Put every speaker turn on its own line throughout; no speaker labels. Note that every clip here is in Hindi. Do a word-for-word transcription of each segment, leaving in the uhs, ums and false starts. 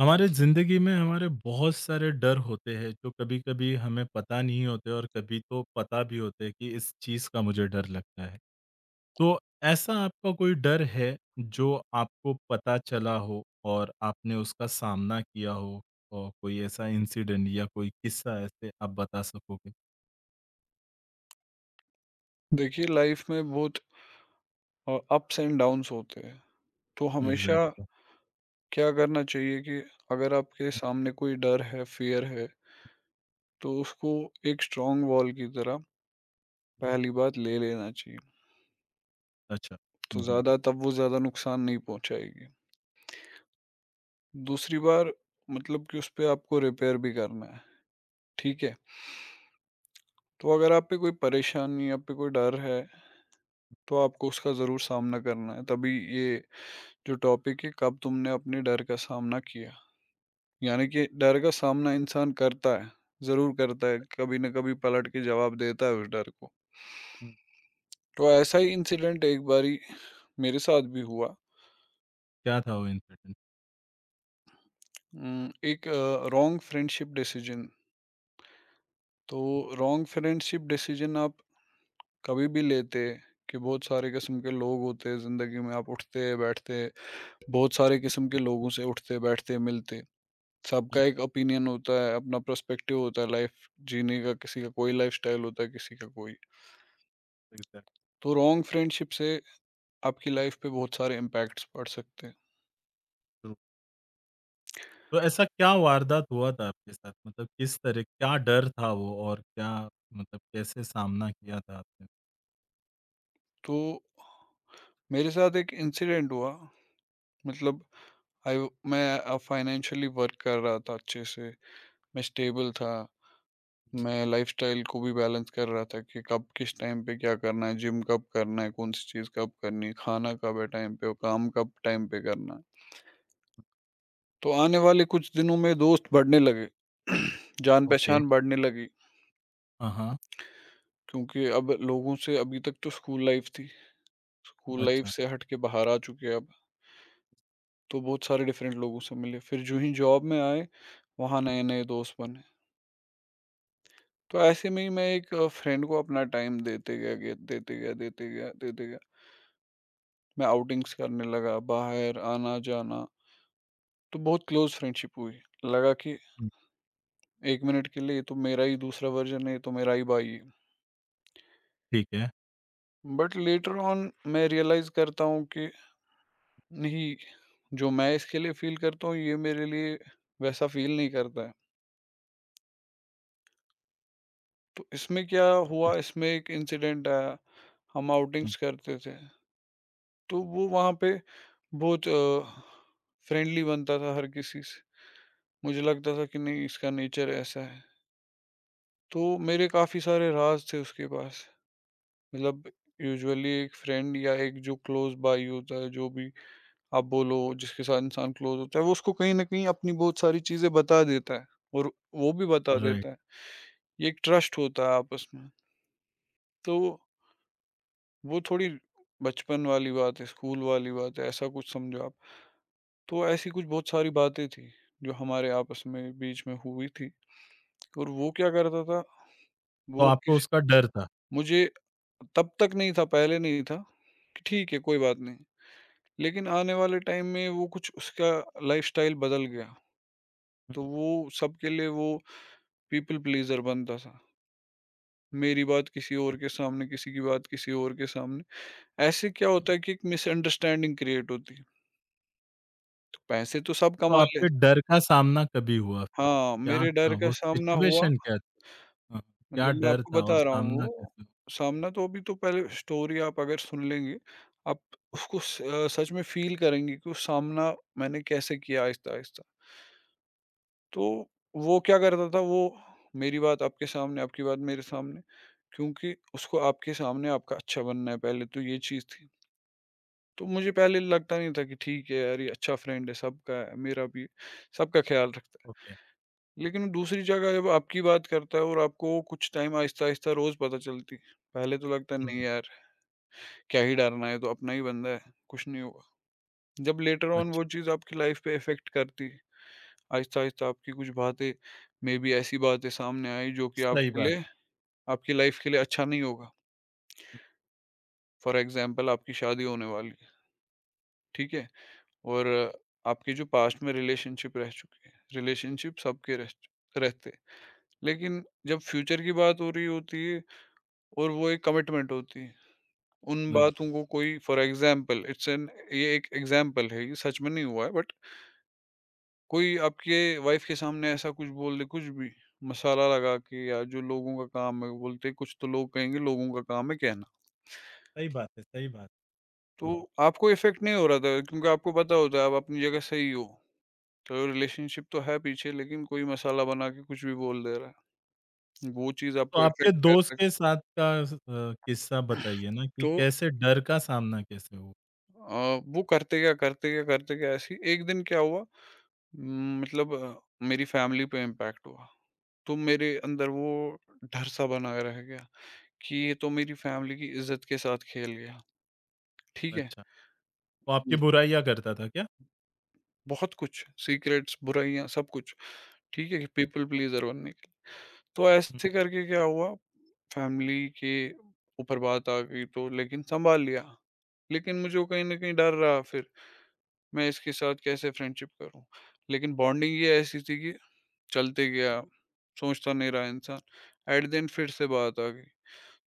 हमारे ज़िंदगी में हमारे बहुत सारे डर होते हैं जो कभी-कभी हमें पता नहीं होते और कभी तो पता भी होते हैं कि इस चीज़ का मुझे डर लगता है। तो ऐसा आपका कोई डर है जो आपको पता चला हो और आपने उसका सामना किया हो और कोई ऐसा इंसिडेंट या कोई किस्सा ऐसे आप बता सकोगे?
देखिए लाइफ में बहुत अप्स एंड डाउन्स होते हैं तो हमेशा
एग्ज़ैक्ट हुँ।
क्या करना चाहिए कि अगर आपके सामने कोई डर है फियर है तो उसको एक स्ट्रांग वॉल की तरह पहली बात ले लेना चाहिए
अच्छा।
तो
हुँ, हुँ।
ज़्यादा तब वो ज़्यादा नुकसान नहीं पहुंचाएगी। दूसरी बार मतलब कि उस पे आपको रिपेयर भी करना है। ठीक है, तो अगर आप पे कोई परेशानी आप पे कोई डर है तो आपको उसका ज़रूर सामना करना है तभी। ये जो टॉपिक है कब तुमने अपने डर का सामना किया, यानी कि डर का सामना इंसान करता है, ज़रूर करता है, कभी न कभी पलट के जवाब देता है उस डर को।
हुँ।
तो ऐसा ही इंसिडेंट एक बारी मेरे साथ भी हुआ।
क्या था वो इंसिडेंट?
उम, एक अ, रॉन्ग फ्रेंडशिप डिसीजन। तो रॉन्ग फ्रेंडशिप डिसीजन आप कभी भी लेते कि बहुत सारे किस्म के लोग होते हैं ज़िंदगी में, आप उठते-बैठते, बहुत सारे किस्म के लोगों से उठते-बैठते, मिलते।
हुँ।
सबका एक ओपिनियन होता है, अपना पर्सपेक्टिव होता है लाइफ जीने का, किसी का कोई लाइफ़स्टाइल होता है, किसी का कोई।
एग्ज़ैक्ट।
तो रॉन्ग फ्रेंडशिप से आपकी लाइफ पे बहुत सारे इम्पैक्ट्स पड़ सकते हैं।
तो ऐसा क्या वारदात हुआ था आपके साथ? मतलब किस तरह क्या डर था वो और क्या मतलब कैसे सामना किया था आपने?
तो मेरे साथ एक इंसिडेंट हुआ, मतलब आई मैं फाइनेंशियली वर्क कर रहा था अच्छे से, मैं स्टेबल था, मैं लाइफ़स्टाइल को भी बैलेंस कर रहा था कि कब किस टाइम पे क्या करना है, जिम कब करना है, कौन-सी चीज़ कब करनी है, खाना कब है टाइम पे और काम कब टाइम पे करना है। तो आने वाले कुछ दिनों में दोस्त बढ़ने लगे,
ओके।
जान-पहचान बढ़ने लगी
हाँ, हाँ।
क्योंकि अब लोगों से अभी तक तो स्कूल लाइफ़ थी, स्कूल लाइफ़
अच्छा।
से हट के बाहर आ चुके हैं, अब। तो बहुत सारे डिफरेंट लोगों से मिले। फिर जो ही जॉब में आए, वहाँ नए-नए दोस्त बने। तो ऐसे में ही मैं एक फ्रेंड को अपना टाइम देते गया गया देते गया देते गया देते गया। मैं आउटिंग्स करने लगा, बाहर आना-जाना, तो बहुत क्लोज़ फ्रेंडशिप हुई। लगा कि
हुँ,
एक मिनट के लिए ये तो मेरा ही दूसरा वर्ज़न है, ये तो मेरा ही भाई है।
ठीक है।
बट लेटर ऑन मैं रियलाइज़ करता हूँ कि नहीं, जो मैं इसके लिए फ़ील करता हूँ, ये मेरे लिए वैसा फ़ील नहीं करता है। तो इसमें क्या हुआ, इसमें एक इंसिडेंट आया। हम
हुँ,
आउटिंग्स करते थे, तो वो वहाँ पे बहुत अ, फ्रेंडली बनता था हर किसी से। मुझे लगता था कि नहीं इसका नेचर ऐसा है, तो मेरे काफ़ी सारे राज़ थे उसके पास। मतलब यूजुअली एक फ्रेंड या एक जो क्लोज़ भाई होता है, जो भी आप बोलो जिसके साथ इंसान क्लोज़ होता है, वो उसको कहीं न कहीं अपनी बहुत सारी चीज़ें बता देता है और वो भी बता
राइट।
देता है। ये एक ट्रस्ट होता है आपस में, तो वो थोड़ी बचपन वाली बात है, स्कूल वाली बात है, ऐसा कुछ समझो आप। तो ऐसी कुछ बहुत सारी बातें थी, जो हमारे आपस में बीच में हुई थी और वो क्या करता था,
तो
वो
आपको
किस
उसका डर था।
मुझे तब तक नहीं था, पहले नहीं था कि ठीक है, कोई बात नहीं। लेकिन आने वाले टाइम में वो कुछ उसका लाइफ़स्टाइल बदल गया,
हुँ।
तो वो सबके लिए वो पीपल प्लीज़र बनता था। मेरी बात किसी और के सामने, किसी की बात किसी और के सामने। ऐसे क्या होता है कि एक मिसअंडरस्टैंडिंग क्रिएट होती है। तो पैसे तो सब
तो
कमा ले।
आपके डर का सामना कभी हुआ फिर?
हाँ,
क्या
मेरे डर
था
का
वो
सामना हुआ,
सिचुएशन क्या थी? हाँ, क्या
मतलब मैं
डर
आपको
था और
बता रहा हूँ
सामना
वो,
कैसे हुआ?
सामना तो अभी तो पहले स्टोरी आप अगर सुन लेंगे, आप उसको स अ, सच में फ़ील करेंगे कि वो सामना मैंने कैसे किया आहिस्ता-आहिस्ता। तो वो क्या करता था, वो मेरी बात आपके सामने, आपकी बात मेरे सामने, क्योंकि उसको आपके सामने आपका अच्छा बनना है पहले, तो ये चीज़ थी। तो मुझे पहले लगता नहीं था कि ठीक है यार ये अच्छा फ्रेंड है, सबका है, मेरा भी सबका ख्याल रखता है।
ओके।
लेकिन दूसरी जगह जब आपकी बात करता है और आपको कुछ टाइम आहिस्ता-आहिस्ता रोज़ पता चलती है। पहले तो लगता है
हुँ,
नहीं यार, क्या ही डरना है ये तो अपना ही बंदा है, कुछ नहीं होगा। जब लेटर ऑन वो
अच्छा।
चीज़ आपकी लाइफ़ पे इफ़ेक्ट करती है, आहिस्ता-आहिस्ता आपकी कुछ बातें मेबी ऐसी बातें सामने आई जो कि
सही
आपके
बात
लिए
है।
आपकी लाइफ़ के लिए अच्छा नहीं होगा। फॉर एग्ज़ाम्पल आपकी शादी होने वाली है, ठीक है? और आपके जो पास्ट में रिलेशनशिप रह चुके हैं, रिलेशनशिप सबके रह रहते हैं। लेकिन जब फ्यूचर की बात हो रही होती है और वो एक कमिटमेंट होती है। उन हुँ।
हम्म,
बातों को कोई फॉर एग्ज़ाम्पल इट्स एन ये एक एग्ज़ाम्पल है, ये सच में नहीं हुआ है बट कोई आपके वाइफ़ के सामने ऐसा कुछ बोल दे कुछ भी, मसाला लगा के या जो लोगों का काम है वो बोलते हैं कुछ तो लोग कहेंगे लोगों का काम है कहना।
सही बात है, सही बात
तो
है। हुँ, हुँ।
आपको इफ़ेक्ट नहीं हो रहा था क्योंकि आपको पता होता है आप अपनी जगह सही हो। तो रिलेशनशिप तो है पीछे लेकिन कोई मसाला बना के कुछ भी बोल दे रहा है। वो चीज़
तो
आपको
आपके
इफ़ेक्ट कर
दोस्त
सक
के साथ का स अ, किस्सा बताइए ना कि
तो
कैसे डर का सामना कैसे हुआ?
अ, वो करते क्या, करते क्या, करते क्या ऐसे ही एक दिन क्या हुआ, उम, मतलब अ, मेरी फैमिली पे इम्पैक्ट हुआ। तो मेरे अंदर वो डर-सा बना रह गया कि ये तो मेरी फैमिली की इज़्ज़त के साथ खेल गया, ठीक है?
अच्छा, वो आपकी
हुँ।
बुराइयाँ करता था क्या?
बहुत कुछ सीक्रेट्स, बुराइयाँ सब कुछ, ठीक है? कि पीपल प्लीज़र बनने के लिए। तो
हुँ,
ऐसे करके क्या हुआ, फैमिली के ऊपर बात आ गई तो लेकिन सँभाल लिया। लेकिन मुझे वो कहीं न कहीं डर रहा फिर, मैं इसके साथ कैसे फ्रेंडशिप करूँ? लेकिन बॉन्डिंग ही ऐसी थी कि चलते गया, सोचता नहीं रहा इंसान। एट द एंड फिर से बात आ गई।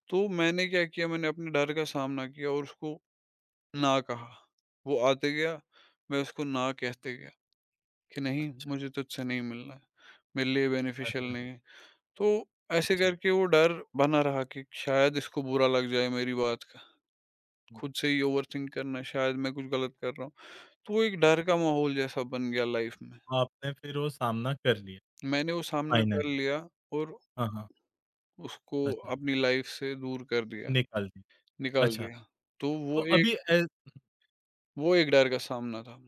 तो मैंने क्या किया, मैंने अपने डर का सामना किया और उसको ना कहा। वो आते गया, मैं उसको ना कहते गया कि नहीं
अच्छा,
मुझे तुझसे नहीं मिलना है, मेरे लिए बेनिफिशियल
अच्छा,
नहीं है। तो ऐसे
अच्छा।
करके वो डर बना रहा कि शायद इसको बुरा लग जाए मेरी बात का।
हुँ,
खुद से ही ओवरथिंक करना शायद मैं कुछ गलत कर रहा हूँ। तो वो एक
अ,
डर का माहौल जैसा बन गया लाइफ में।
तो आपने फिर वो सामना कर लिया,
मैंने वो सामना
फाइनल
कर लिया और
हाँ, हाँ,
उसको
अच्छा,
अपनी लाइफ से दूर कर दिया,
निकाल दिया।
निकाल
अच्छा,
दिया। तो
तो
वो जी।
अभी
एक
ए
वो एक डर का सामना था।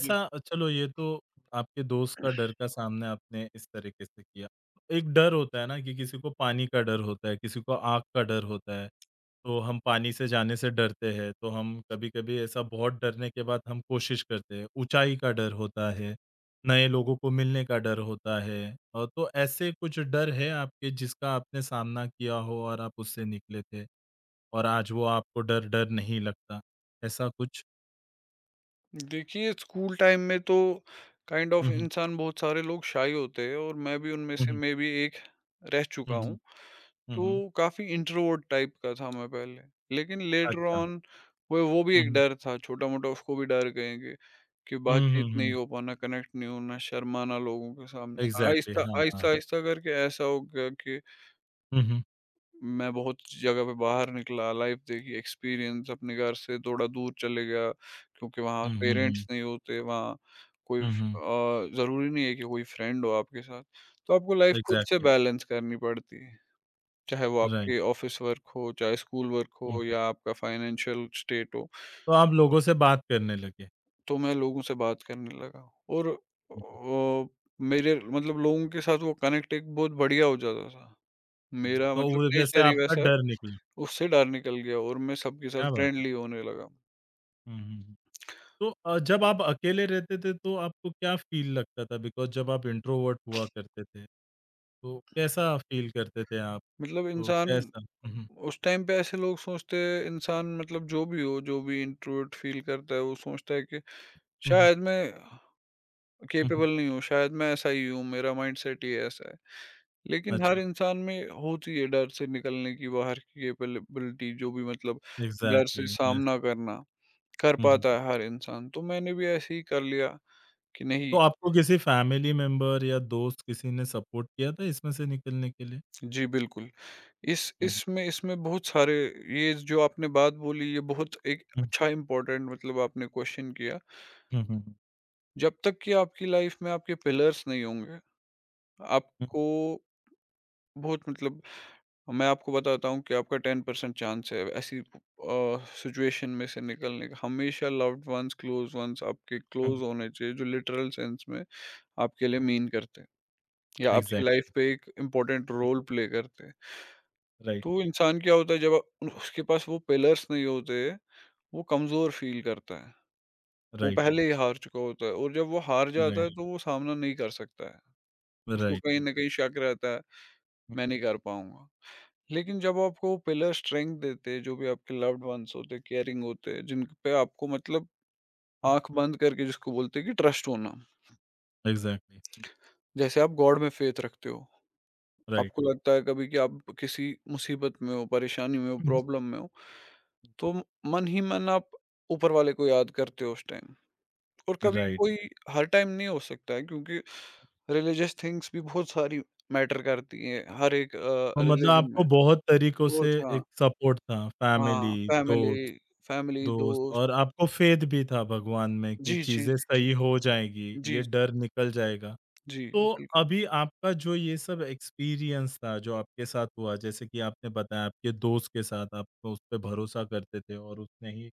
जी।
चलो ये तो आपके दोस्त का डर का सामना आपने इस तरीके से किया। एक डर होता है ना कि किसी को पानी का डर होता है, किसी को आग का डर होता है, तो हम पानी से जाने से डरते हैं, तो हम कभी-कभी ऐसा बहुत डरने के बाद हम कोशिश करते हैं। ऊँचाई का डर होता है, नए लोगों को मिलने का डर होता है अ, तो ऐसे कुछ डर है आपके जिसका आपने सामना किया हो और आप उससे निकले थे? और आज वो आपको डर डर नहीं लगता, ऐसा कुछ?
देखिए स्कूल टाइम में तो काइंड ऑफ
हुँ, हुँ।
इंसान बहुत सारे लोग शाई होते हैं और मैं भी उनमें
हुँ,
से
हुँ।
मैं भी एक रह चुका
हुँ,
हूँ।
हुँ। हुँ, हुँ।
तो काफ़ी इंट्रोवर्ट टाइप का था मैं पहले। लेकिन लेटर
अच्छा,
ऑन वो वो भी
हुँ,
एक
हुँ।
डर था, छोटा-मोटा उसको भी डर कहेंगे, कि
हुँ,
बातचीत
हुँ,
नहीं
हुँ।
हो पाना, कनेक्ट नहीं होना, शर्माना लोगों के सामने।
एग्ज़ैक्टली,
आहिस्ता
हाँ, हाँ।
आहिस्ता-आहिस्ता करके ऐसा हो गया कि
हुँ, हुँ।
मैं बहुत जगह पे बाहर निकला, लाइफ़ देखी, एक्सपीरियंस अपने घर से थोड़ा दूर चले गया क्योंकि वहाँ हुँ।
हुँ, हुँ,
पेरेंट्स
हुँ।
नहीं होते, वहाँ कोई हुँ।
हुँ, हुँ।
फ अ, ज़रूरी नहीं है कि कोई फ्रेंड हो आपके साथ। तो आपको लाइफ़ खुद हुँ। से
एग्ज़ैक्टली,
बैलेंस करनी पड़ती है, चाहे वो
राइट।
आपके ऑफ़िस वर्क हो, चाहे स्कूल वर्क
हुँ,
हो
हुँ।
या आपका फाइनेंशियल स्टेट हो।
तो आप लोगों से बात करने लगे।
तो मैं लोगों से बात करने लगा और
हुँ,
अ, मेरे मतलब लोगों के साथ वो कनेक्ट एक बहुत बढ़िया हो जाता था।
हुँ।
मेरा
तो
मतलब
वो वजह से
नेचर ही
आपका
वैसा
डर निकला,
उससे डर निकल गया और मैं सबके साथ
क्या बात है।
फ्रेंडली होने लगा।
हुँ, हुँ, हुँ। तो अ, जब आप अकेले रहते थे तो आपको क्या फ़ील लगता था? बिकॉज़ जब आप इंट्रोवर्ट हुआ करते थे, तो कैसा फ़ील करते थे आप?
मतलब
तो
इंसान
कैसा? हुँ, हुँ।
उस टाइम पे ऐसे लोग सोचते हैं इंसान मतलब जो भी हो, जो भी इंट्रोवर्ट फील करता है वो सोचता है कि
हुँ, हुँ।
शायद मैं
हुँ, हुँ।
कैपेबल नहीं हूँ, शायद मैं ऐसा ही हूँ, मेरा माइंडसेट ही ऐसा है। लेकिन हर
अच्छा,
इंसान में होती है डर से निकलने की बाहर की कैपेबिलिटी जो भी मतलब डर
एग्ज़ैक्टली,
से
यस।
सामना करना, कर
हुँ, हुँ।
पाता है हर इंसान। तो मैंने भी ऐसे ही कर लिया कि
तो
नहीं,
आपको किसी फैमिली मेंबर या दोस्त किसी ने सपोर्ट किया था इसमें से निकलने के लिए?
जी बिल्कुल। इस
हुँ,
इसमें इसमें बहुत सारे ये जो आपने बात बोली ये बहुत एक
हुँ,
अच्छा इम्पोर्टेंट मतलब आपने क्वेश्चन किया,
हुँ, हुँ, हुँ,
जब तक कि आपकी लाइफ में आपके पिलर्स नहीं होंगे
हुँ,
आपको बहुत मतलब मैं आपको बताता हूँ कि आपका टेन परसेंट चांस है ऐसी सिचुएशन में से निकलने का। हमेशा लव्ड वंस क्लोज वंस आपके क्लोज
हुँ,
होने चाहिए जो लिटरल सेंस में आपके लिए मीन करते हैं या आपकी लाइफ
एग्ज़ैक्टली,
पे एक इम्पोर्टेंट रोल प्ले करते हैं।
राइट,
तो इंसान क्या होता है, जब उन- उसके पास वो पिलर्स नहीं होते वो कमजोर फील करता है। वो
राइट,
पहले ही हार चुका होता है और जब वो हार जाता है,
राइट,
हाँ, तो वो सामना नहीं कर सकता है। उसको
राइट,
कहीं
हुँ,
ना कहीं शक रहता है
हुँ,
मैं नहीं कर पाऊंगा। लेकिन जब आपको पिलर स्ट्रेंथ देते हैं, जो भी आपके लव्ड वंस होते हैं केयरिंग होते हैं जिन पे आपको मतलब
हुँ,
आंख बंद करके जिसको बोलते हैं कि ट्रस्ट होना,
एग्ज़ैक्टली, हुँ,
जैसे आप गॉड में फेथ रखते हो।
राइट,
आपको लगता है कभी कि आप किसी मुसीबत में हो, परेशानी में हो,
हुँ,
प्रॉब्लम में हो, तो म- मन ही मन आप ऊपर वाले को याद करते हो उस टाइम। और कभी
राइट।
कोई हर टाइम नहीं हो सकता है क्योंकि रिलीजियस थिंग्स भी बहुत सारी मैटर करती हैं हर एक अ,
तो मतलब
रिलीजन
आपको
में।
बहुत तरीकों से
बहुत
एक
हाँ,
सपोर्ट था,
हाँ,
फैमिली,
फैमिली
दोस्त
फैमिली,
दोस्त
दोस्त।
और आपको फ़ेथ भी था भगवान में कि
जी, जी,
चीज़ें
जी, जी।
सही हो जाएँगी,
जी,
ये
जी,
डर निकल जाएगा।
जी,
तो
बिल्कुल।
अभी आपका जो ये सब एक्सपीरियंस था, जो आपके साथ हुआ, जैसे कि आपने बताया आपके दोस्त के साथ आप उस पे भरोसा करते थे और उसने ही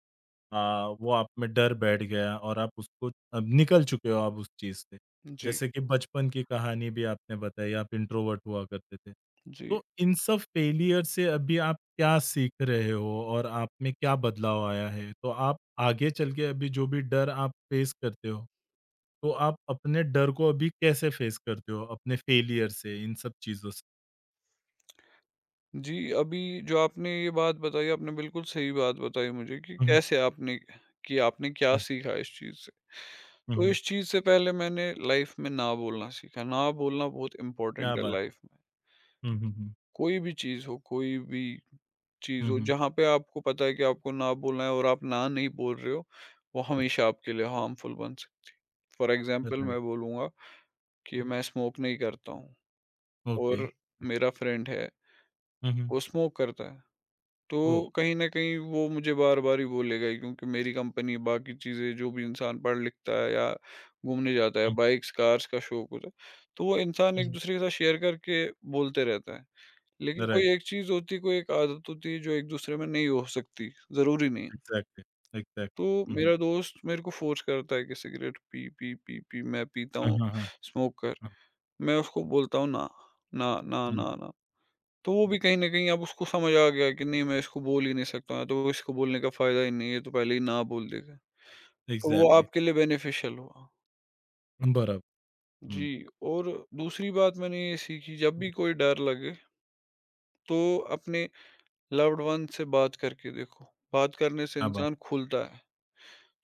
अ, वो आप में डर बैठ गया और आप उसको अब निकल चुके हो आप उस चीज़ से।
जी,
जैसे कि बचपन की कहानी भी आपने बताई, आप इंट्रोवर्ट हुआ करते थे।
जी।
तो इन सब फेलियर से अभी आप क्या सीख रहे हो और आप में क्या बदलाव आया है? तो आप आगे चल के अभी जो भी डर आप फेस करते हो तो आप अपने डर को अभी कैसे फेस करते हो? अपने फेलियर से, इन सब चीज़ों से?
जी, अभी जो आपने ये बात बताई, आपने बिल्कुल सही बात बताई मुझे कि
हुँ,
कैसे आपने कि आपने क्या
हुँ,
सीखा इस चीज़ से।
हुँ,
तो
हुँ।
इस चीज़ से पहले मैंने लाइफ़ में ना बोलना सीखा, ना बोलना बहुत
क्या
इम्पोर्टेंट है
बात
लाइफ़ में।
है! हुँ, हुँ, हुँ।
कोई भी चीज़ हो, कोई भी चीज़
हुँ,
हो,
हुँ,
जहाँ पे आपको पता है कि आपको ना बोलना है और आप ना नहीं बोल रहे हो, वो
हुँ।
हमेशा आपके लिए हार्मफुल बन सकती है। फ़ॉर एग्ज़ाम्पल
राइट,
मैं बोलूँगा कि मैं स्मोक नहीं करता हूँ
ओके,
और मेरा फ्रेंड है,
हुँ, हुँ।
वो स्मोक करता है। तो
ओह!
कहीं न कहीं वो मुझे बार-बार ही बोलेगा ही क्योंकि मेरी कंपनी बाकी चीज़ें जो भी इंसान पढ़ लिखता है या घूमने जाता है,
हुँ,
बाइक्स, कार्स का शौक होता है, तो वो इंसान
हुँ।
एक-दूसरे के साथ शेयर करके बोलते रहता है। लेकिन
राइट,
कोई एक चीज़ होती है, कोई एक आदत होती है जो एक-दूसरे में नहीं हो सकती, ज़रूरी नहीं है।
एक्ज़ैक्टली, एक्ज़ैक्ट
तो
हुँ, हुँ।
मेरा दोस्त मेरे को फ़ोर्स करता है कि सिगरेट पी, पी, पी, पी मैं पीता
हाँ,
हूँ,
हाँ, हाँ,
स्मोक कर।
हाँ।
मैं उसको बोलता हूँ ना, ना, ना,
हुँ,
ना, ना। तो वो
हुँ।
भी कहीं न कहीं अब उसको समझ आ गया कि नहीं मैं इसको बोल ही नहीं सकता हूँ, तो इसको बोलने का फ़ायदा ही नहीं है, ये तो पहले ही ना बोल देगा। तो वो
एक्ज़ैक्टली,
आपके लिए बेनिफिशियल हुआ।
हुँ। बराबर, हुँ,
जी, और दूसरी बात मैंने ये सीखी जब
हुँ।
भी कोई डर लगे तो अपने लव्ड वन से बात करके देखो, बात करने से
क्या बात
इंसान खुलता है।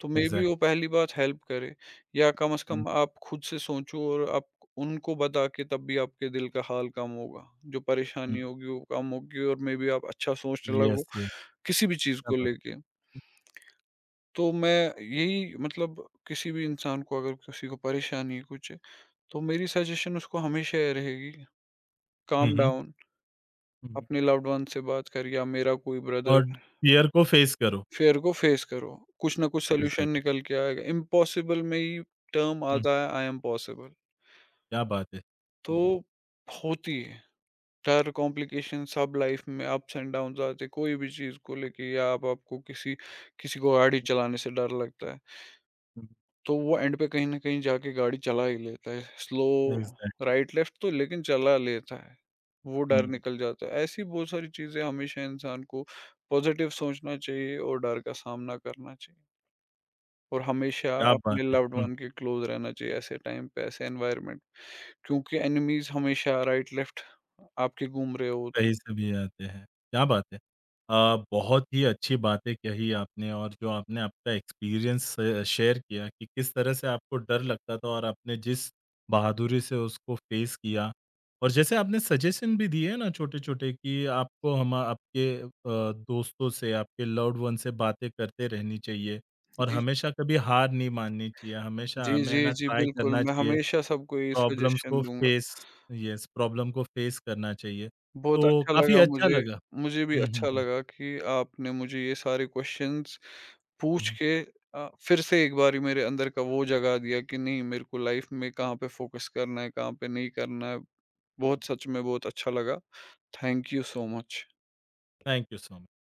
तो मेबी
एक्ज़ैक्ट
वो पहली बात हेल्प करे या कम से
हुँ,
कम आप खुद से सोचो और आप उनको बता के तब भी आपके दिल का हाल कम होगा। जो
हुँ।
परेशानी होगी वो कम होगी और मेबी आप अच्छा सोचने लगो
येस, येस,
किसी भी चीज़
क्या
को
बात
लेके। तो मैं यही मतलब किसी भी इंसान को अगर किसी को परेशानी है कुछ है, तो मेरी सजेशन उसको हमेशा ये रहेगी,
हुँ,
काम
हुँ।
डाउन
हुँ, हुँ।
अपने लव्ड वन से बात कर या मेरा कोई ब्रदर
और फ़ियर को फेस करो,
फ़ियर को फ़ेस करो, कुछ ना कुछ हुँ। सॉल्यूशन
एक्ज़ैक्टली,
निकल के आएगा। इम्पॉसिबल में ही टर्म
हुँ।
आता है आई एम पॉसिबल।
क्या बात है!
तो
हुँ, हुँ।
होती है, डर, कॉम्प्लिकेशन सब लाइफ़ में अप्स एंड डाउन्स आते हैं, कोई भी चीज़ को लेके या आप आपको किसी किसी को गाड़ी चलाने से डर लगता है,
हुँ।
तो वो एंड पे कहीं न कहीं जाके गाड़ी चला ही लेता है। स्लो
एक्ज़ैक्ट
राइट लेफ्ट तो लेकिन चला लेता है, वो डर
हुँ।
निकल जाता है। ऐसी बहुत सारी चीज़ें हमेशा इंसान को पॉज़िटिव सोचना चाहिए और डर का सामना करना चाहिए। और हमेशा
क्या बात
अपने
है!
लव्ड
हुँ,
वन के क्लोज रहना चाहिए ऐसे टाइम पे ऐसे एनवायरनमेंट क्योंकि एनिमीज हमेशा राइट लेफ्ट आपके घूम रहे होते हैं।
कहीं से भी आते हैं। क्या बात है! अ, बहुत ही अच्छी बातें कही आपने और जो आपने आपका एक्सपीरियंस अ, शेयर किया कि किस तरह से आपको डर लगता था और आपने जिस बहादुरी से उसको फेस किया। और जैसे आपने सजेशन भी दिए ना छोटे-छोटे कि आपको हम आपके अ, दोस्तों से, आपके लव्ड वन से बातें करते रहनी चाहिए और
जी
हमेशा कभी हार नहीं माननी चाहिए,
जी
हमेशा हमें
जी
ना
जी
ट्राई
बिल्कुल
करना
मैं
चाहिए।
हमेशा सबको ये
प्रॉब्लम्स को
सजेशन दूंगा।
फेस यस, प्रॉब्लम को फेस करना चाहिए।
बहुत
तो
अच्छा
काफ़ी
लगा
अच्छा
मुझे।
लगा।
मुझे भी
हुँ, हुँ,
अच्छा
हुँ,
लगा कि आपने मुझे ये सारे क्वेश्चंस पूछ
हुँ।
के आ, फिर से एक बारी मेरे अंदर का वो जगा दिया कि नहीं मेरे को लाइफ में कहाँ पे फोकस करना है कहाँ पे नहीं करना है। बहुत सच में बहुत अच्छा लगा। Thank you so much.
Thank you so much.